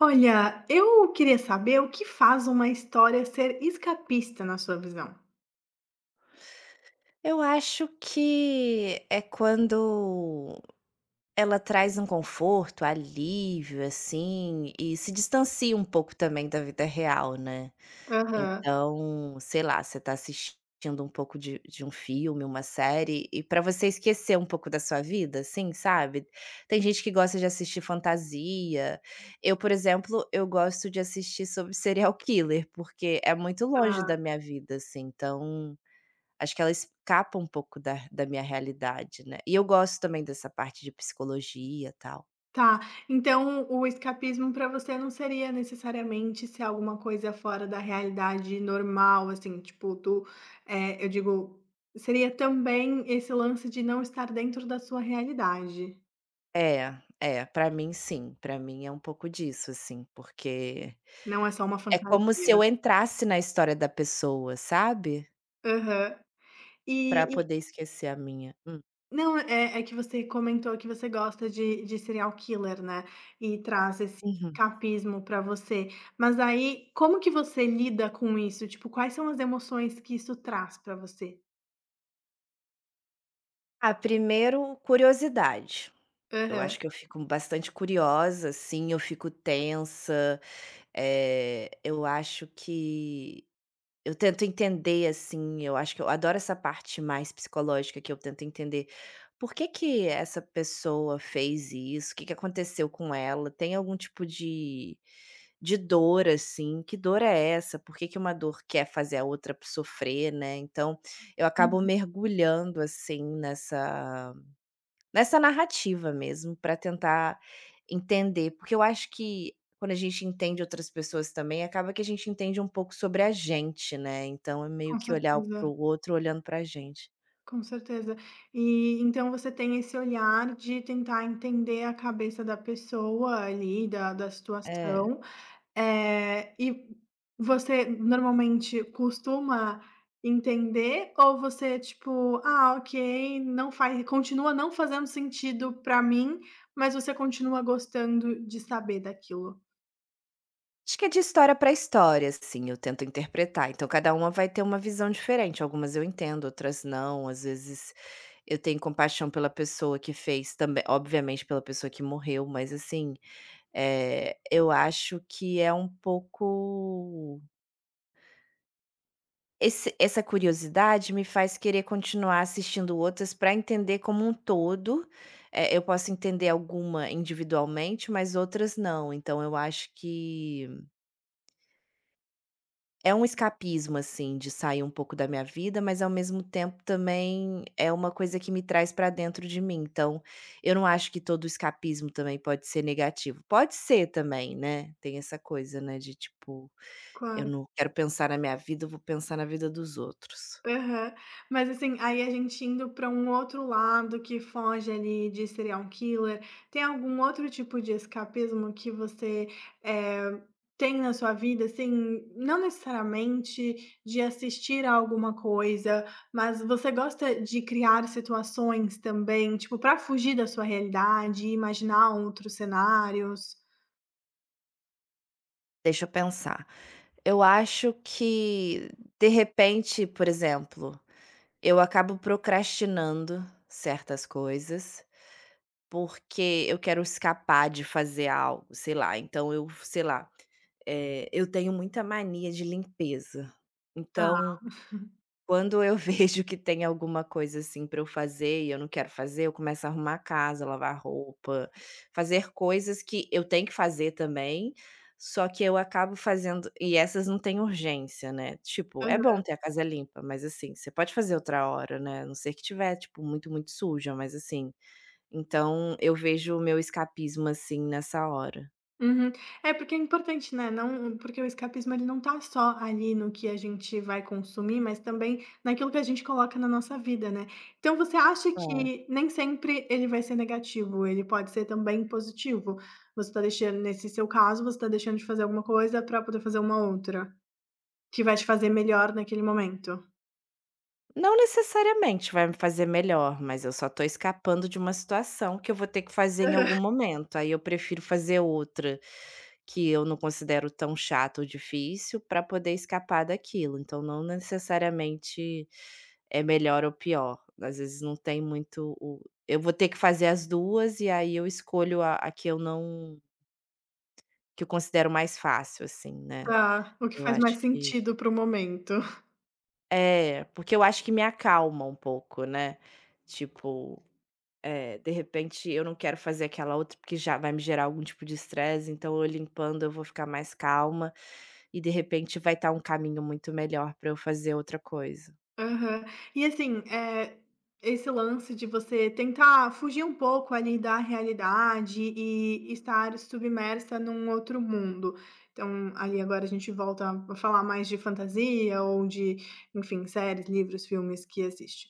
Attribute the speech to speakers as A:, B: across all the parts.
A: Olha, eu queria saber o que faz uma história ser escapista na sua visão.
B: Eu acho que é quando ela traz um conforto, alívio, assim, e se distancia um pouco também da vida real, né.
A: Aham,
B: Então, sei lá, você tá assistindo um pouco de um filme, uma série, e pra você esquecer um pouco da sua vida, assim, sabe. Tem gente que gosta de assistir fantasia. Eu, por exemplo, eu gosto de assistir sobre serial killer, porque é muito longe
A: tá,
B: da minha vida, assim, então acho que ela escapa um pouco da minha realidade, né. E eu gosto também dessa parte de psicologia, e tal.
A: tá. Então o escapismo para você não seria necessariamente ser alguma coisa fora da realidade normal, assim, tipo eu digo, seria também esse lance de não estar dentro da sua realidade,
B: É, é, pra mim sim, pra mim é um pouco disso, assim, porque
A: não é só uma
B: é
A: fantasia.
B: como se eu entrasse na história da pessoa, sabe,
A: Aham.
B: pra
A: E
B: poder esquecer a minha. Hum.
A: não, é que você comentou que você gosta de serial killer, né, e traz esse
B: Uhum.
A: escapismo pra você. Mas aí, como que você lida com isso? Tipo, quais são as emoções que isso traz pra você?
B: Ah, primeiro curiosidade. Eu
A: Aham.
B: acho que eu fico bastante curiosa, assim, eu fico tensa, eu acho que eu tento entender, assim, eu acho que eu adoro essa parte mais psicológica que eu tento entender por que que essa pessoa fez isso, o que que aconteceu com ela, tem algum tipo de dor, assim, que dor é essa? Por que que uma dor quer fazer a outra sofrer, né? Então, eu acabo
A: Uhum.
B: mergulhando, assim, nessa narrativa mesmo, para tentar entender, porque eu acho que quando a gente entende outras pessoas também, acaba que a gente entende um pouco sobre a gente, né, então é meio
A: Com
B: que olhar
A: certeza,
B: para o outro olhando para a gente.
A: com certeza. E então você tem esse olhar de tentar entender a cabeça da pessoa ali, da
B: É.
A: situação. E você normalmente costuma entender, ou você tipo: "Ah, ok, não faz, continua não fazendo sentido pra mim", mas você continua gostando de saber daquilo?
B: Acho que é de história para história, assim, eu tento interpretar, então cada uma vai ter uma visão diferente, algumas eu entendo, outras não, às vezes eu tenho compaixão pela pessoa que fez também obviamente pela pessoa que morreu, mas assim, é eu acho que é um pouco. Esse essa curiosidade me faz querer continuar assistindo outras para entender como um todo, eu posso entender alguma individualmente, mas outras não, então eu acho que é um escapismo, assim, de sair um pouco da minha vida, mas ao mesmo tempo também é uma coisa que me traz para dentro de mim, então eu não acho que todo escapismo também pode ser negativo. Pode ser também, né, tem essa coisa, né, de tipo:
A: Qua
B: "Eu não quero pensar na minha vida, eu vou pensar na vida dos outros.
A: Aham. Mas, assim, aí a gente indo para um outro lado que foge ali de serial killer, tem algum outro tipo de escapismo que você, eh, tem na sua vida, assim, não necessariamente de assistir a alguma coisa, mas você gosta de criar situações também, tipo, para fugir da sua realidade, imaginar outros cenários?
B: Deixa eu pensar". Eu acho que, de repente, por exemplo, eu acabo procrastinando certas coisas, porque eu quero escapar de fazer algo, sei lá. Então eu, sei lá, eu tenho muita mania de limpeza. Então quando eu vejo que tem alguma coisa, assim, para eu fazer e eu não quero fazer, eu começo a arrumar a casa, lavar roupa, fazer coisas que eu tenho que fazer também, só que eu acabo fazendo e essas não têm urgência, né. Tipo, é
A: Tá.
B: bom ter a casa limpa, mas, assim, você pode fazer outra hora, né, a não ser que tiver, tipo, muito, muito suja, mas, assim, então eu vejo o meu escapismo, assim, nessa hora.
A: Uhum. É, porque é importante, né, não porque o escapismo, ele não tá só ali no que a gente vai consumir, mas também naquilo que a gente coloca na nossa vida, né. Então você acha
B: É.
A: que nem sempre ele vai ser negativo, ele pode ser também positivo? Você tá deixando, nesse seu caso, você tá deixando de fazer alguma coisa para poder fazer uma outra, que vai te fazer melhor naquele momento.
B: Não necessariamente vai me fazer melhor, mas eu só tô escapando de uma situação que eu vou ter que fazer em algum momento, aí eu prefiro fazer outra, que eu não considero tão chata ou difícil, para poder escapar daquilo, então não necessariamente é melhor ou pior, às vezes não tem muito o. Eu vou ter que fazer as 2 e aí eu escolho a que eu não que eu considero mais fácil, assim, né.
A: Tá, o que
B: Eu
A: faz
B: acho
A: mais
B: que
A: sentido para o momento.
B: é, porque eu acho que me acalma um pouco, né, tipo, é, de repente eu não quero fazer aquela outra porque já vai me gerar algum tipo de estresse, então eu limpando eu vou ficar mais calma e de repente vai estar um caminho muito melhor para eu fazer outra coisa.
A: Aham. E assim, esse lance de você tentar fugir um pouco ali da realidade e estar submersa num outro mundo. Então, ali agora a gente volta a falar mais de fantasia ou de, enfim, séries, livros, filmes que assiste.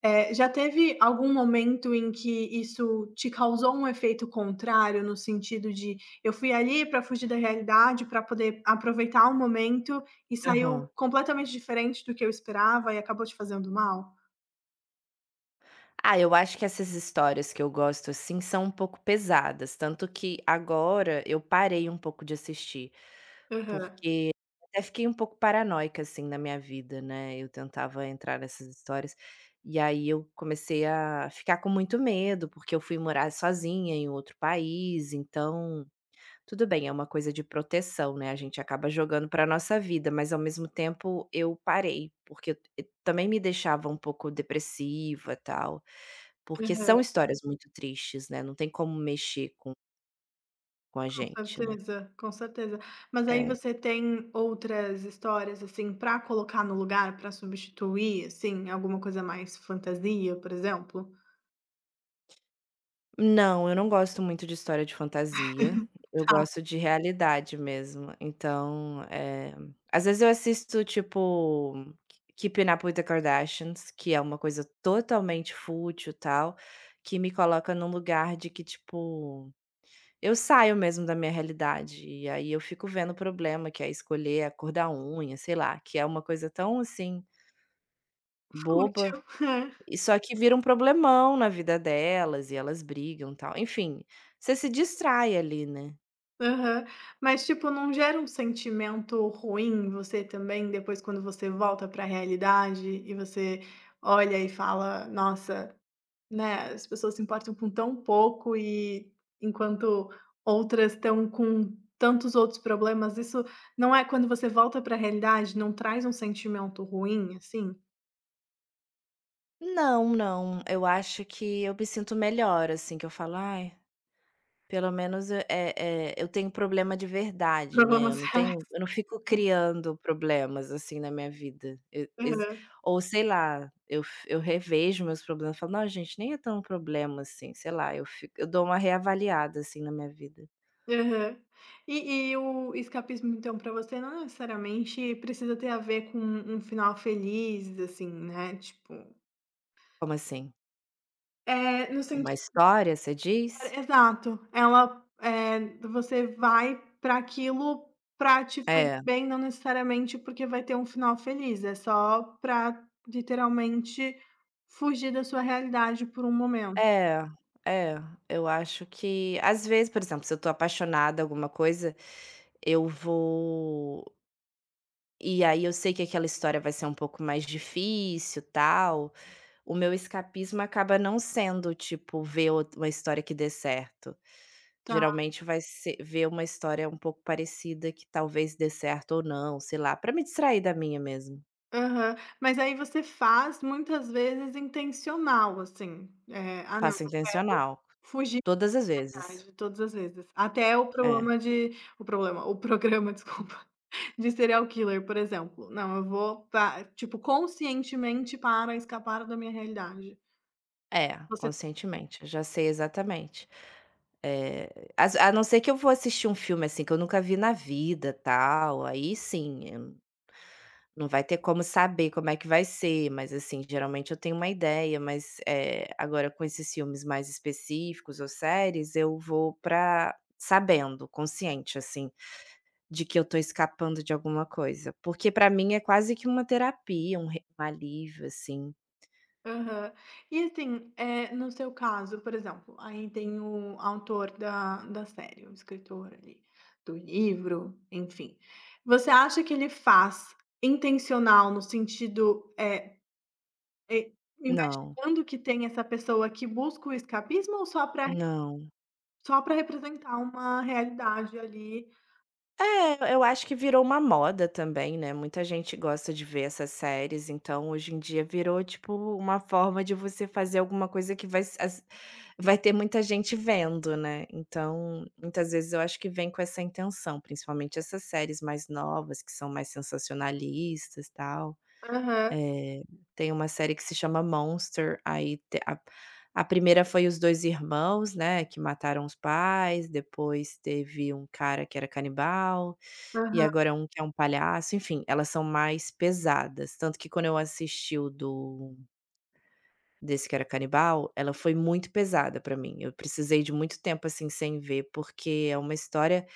A: Já teve algum momento em que isso te causou um efeito contrário, no sentido de: "Eu fui ali para fugir da realidade, para poder aproveitar o momento, e saiu
B: Aham.
A: completamente diferente do que eu esperava e acabou te fazendo mal"?
B: Ah, eu acho que essas histórias que eu gosto assim são um pouco pesadas, tanto que agora eu parei um pouco de assistir.
A: Aham,
B: Porque até fiquei um pouco paranoica, assim, na minha vida, né, eu tentava entrar nessas histórias, e aí eu comecei a ficar com muito medo, porque eu fui morar sozinha em outro país, então, tudo bem, é uma coisa de proteção, né, a gente acaba jogando para nossa vida, mas ao mesmo tempo eu parei, porque eu também me deixava um pouco depressiva, tal, porque
A: aham,
B: são histórias muito tristes, né, não tem como mexer com a
A: com
B: gente, né.
A: certeza, com certeza. Mas aí
B: É.
A: você tem outras histórias, assim, para colocar no lugar, para substituir, assim, alguma coisa mais fantasia, por exemplo?
B: Não, eu não gosto muito de história de fantasia, eu
A: Tá,
B: gosto de realidade mesmo. Então, às vezes eu assisto, tipo, Keeping Up with the Kardashians, que é uma coisa totalmente fútil, e tal, que me coloca num lugar de que, tipo, eu saio mesmo da minha realidade, e aí eu fico vendo o problema, que é escolher a cor da unha, sei lá, que é uma coisa tão, assim,
A: fútil.
B: boba e só que vira um problemão na vida delas e elas brigam, tal, enfim, você se distrai ali, né.
A: Aham. Mas, tipo, não gera um sentimento ruim em você também, depois quando você volta para a realidade e você olha e fala: "Nossa", né, as pessoas se importam com tão pouco, e enquanto outras estão com tantos outros problemas, isso não é, quando você volta para a realidade, não traz um sentimento ruim, assim?
B: Não, não, eu acho que eu me sinto melhor, assim, que eu falo: "Ai, pelo menos eu tenho problema de verdade,
A: Pra
B: né,
A: você?
B: eu não fico criando problemas, assim, na minha vida". E exi ou sei lá, eu revejo meus problemas, falo: "Não, gente, nem é tão problema assim", sei lá, eu dou uma reavaliada, assim, na minha vida.
A: Aham. E o escapismo, então, para você não necessariamente precisa ter a ver com um final feliz, assim, né, tipo,
B: Como assim?
A: é, no
B: Uma
A: sentido,
B: história, você diz?
A: exato. Ela, é, você vai para aquilo para te fazer
B: É.
A: bem, não necessariamente porque vai ter um final feliz, é só para, literalmente, fugir da sua realidade por um momento.
B: É, é, eu acho que às vezes, por exemplo, se eu tô apaixonada em alguma coisa, eu vou e aí eu sei que aquela história vai ser um pouco mais difícil, tal, o meu escapismo acaba não sendo, tipo, ver outra uma história que dê certo.
A: Tá.
B: Geralmente vai ser ver uma história um pouco parecida que talvez dê certo ou não, sei lá, pra me distrair da minha mesmo.
A: Aham. Mas aí você faz, muitas vezes, intencional, assim, é: "Ah, não,
B: Faço intencional,
A: fugir".
B: todas as
A: Ai,
B: vezes.
A: de todas as vezes. Até o
B: É,
A: problema o programa, desculpa, de serial killer, por exemplo. Não, eu vou pa tipo, conscientemente, para escapar da minha realidade.
B: é,
A: Você
B: conscientemente, eu já sei exatamente. Eh, as a não ser que eu vou assistir um filme, assim, que eu nunca vi na vida, tal, aí sim, não vai ter como saber como é que vai ser, mas, assim, geralmente eu tenho uma ideia, mas, agora com esses filmes mais específicos ou séries, eu vou pra sabendo, consciente, assim, de que eu tô escapando de alguma coisa, porque pra mim é quase que uma terapia, um re um alívio, assim.
A: aham. E assim, é, no seu caso, por exemplo, aí tem o autor da série, o escritor ali, do livro, enfim. Você acha que ele faz intencional no sentido, eh,
B: Não,
A: imaginando que tem essa pessoa que busca o escapismo, ou só para...
B: não.
A: Só para representar uma realidade ali.
B: É, eu acho que virou uma moda também, né, muita gente gosta de ver essas séries, então hoje em dia virou, tipo, uma forma de você fazer alguma coisa que vai se as vai ter muita gente vendo, né, então muitas vezes eu acho que vem com essa intenção, principalmente essas séries mais novas que são mais sensacionalistas, tal.
A: Aham,
B: Eh, tem uma série que se chama Monster, aí te a primeira foi os 2 irmãos, né, que mataram os pais, depois teve um cara que era canibal. E
A: aham.
B: agora um que é um palhaço, enfim, elas são mais pesadas, tanto que quando eu assisti o do desse que era canibal, ela foi muito pesada pra mim, eu precisei de muito tempo, assim, sem ver, porque é uma história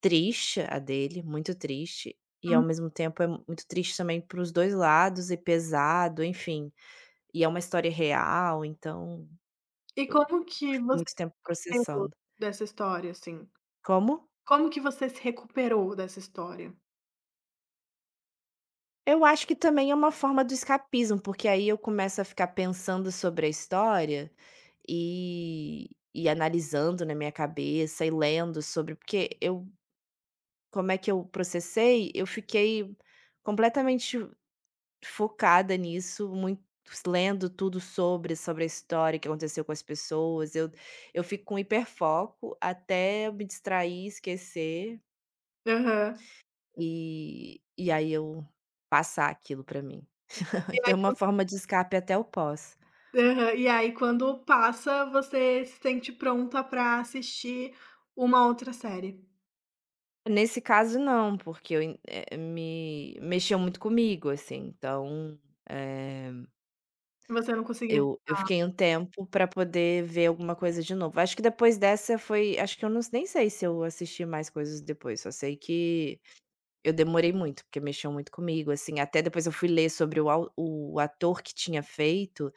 B: triste a dele, muito triste, e ao
A: Hum.
B: mesmo tempo é muito triste também para os 2 lados e pesado, enfim, e é uma história real, então
A: E
B: eu
A: como que
B: fiquei
A: você
B: muito tempo
A: saiu
B: processando.
A: dessa história, assim?
B: Como?
A: Como que você se recuperou dessa história?
B: Eu acho que também é uma forma do escapismo, porque aí eu começo a ficar pensando sobre a história e e analisando na minha cabeça e lendo sobre porque eu como é que eu processei, eu fiquei completamente focada nisso, muito lendo tudo sobre a história, o que aconteceu com as pessoas, eu fico com hiperfoco até eu me distrair, esquecer,
A: Aham.
B: e aí eu passar aquilo para mim.
A: E
B: Então,
A: aí
B: é uma forma de escape até o pós.
A: aham. E aí quando passa, você se sente pronta pra assistir uma outra série.
B: Nesse caso não, porque me mexeu muito comigo, assim, então, eh,
A: Você não conseguiu.
B: eu fiquei um tempo para poder ver alguma coisa de novo. Acho que depois dessa foi, acho que eu não nem sei se eu assisti mais coisas depois, só sei que eu demorei muito, porque mexeu muito comigo, assim, até depois eu fui ler sobre o ator que tinha feito,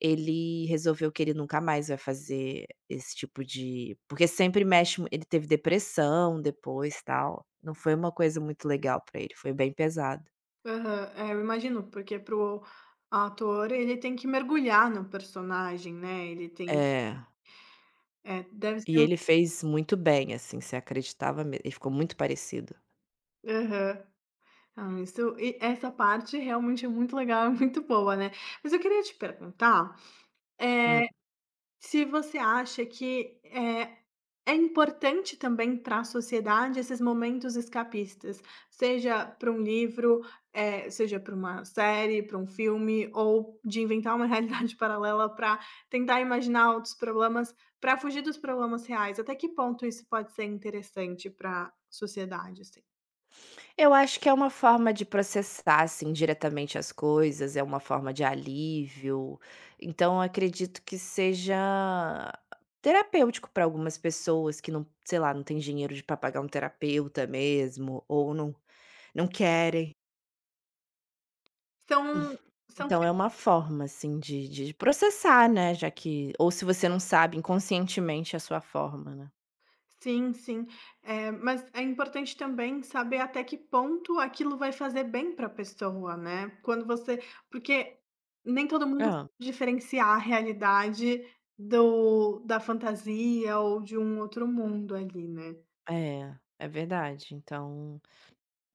B: ele resolveu que ele nunca mais vai fazer esse tipo de, porque sempre mexe ele teve depressão depois, tal, não foi uma coisa muito legal pra ele, foi bem pesado.
A: Aham. É, eu imagino, porque pro ator, ele tem que mergulhar no personagem, né, ele tem,
B: É,
A: é, deve
B: e
A: ser um...
B: ele fez muito bem, assim, você acreditava, me ele ficou muito parecido.
A: Aham. Ah, isso, e essa parte realmente é muito legal, é muito boa, né. Mas eu queria te perguntar,
B: Hum.
A: eh, se você acha que, é importante também para a sociedade esses momentos escapistas, seja para um livro, seja para uma série, para um filme, ou de inventar uma realidade paralela para tentar imaginar outros problemas, para fugir dos problemas reais. Até que ponto isso pode ser interessante para a sociedade, assim?
B: Eu acho que é uma forma de processar, assim, diretamente as coisas, é uma forma de alívio. Então, eu acredito que seja terapêutico para algumas pessoas que não, sei lá, não tem dinheiro de para pagar um terapeuta mesmo, ou não querem.
A: São, são...
B: Então é uma forma, assim, de processar, né, já que ou se você não sabe, inconscientemente é a sua forma, né.
A: Sim, sim. Mas é importante também saber até que ponto aquilo vai fazer bem para a pessoa, né. Quando você, porque nem todo mundo sabe
B: Ah,
A: diferenciar a realidade do da fantasia ou de um outro mundo ali, né.
B: é, é verdade. Então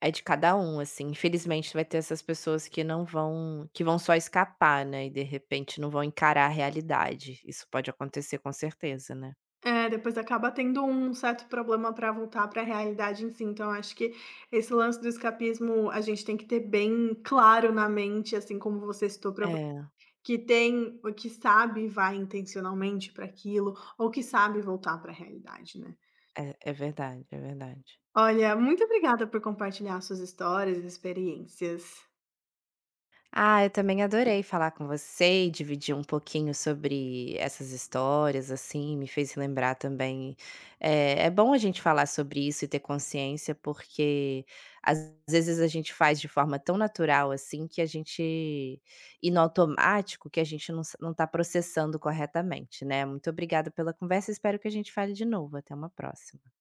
B: é de cada um, assim, infelizmente vai ter essas pessoas que não vão que vão só escapar, né, e de repente não vão encarar a realidade, isso pode acontecer com certeza, né.
A: É, depois acaba tendo um certo problema para voltar para a realidade em si. Então acho que esse lance do escapismo a gente tem que ter bem claro na mente, assim como você citou, para...
B: É,
A: Que tem o que sabe, vai intencionalmente para aquilo, ou que sabe voltar para a realidade, né.
B: é verdade, é verdade.
A: Olha, muito obrigada por compartilhar suas histórias e experiências.
B: Ah, eu também adorei falar com você e dividir um pouquinho sobre essas histórias, assim, me fez lembrar também. É, é bom a gente falar sobre isso e ter consciência, porque às vezes a gente faz de forma tão natural, assim, que a gente, e no automático, que a gente não, não tá processando corretamente, né? Muito obrigada pela conversa, espero que a gente fale de novo. Até uma próxima.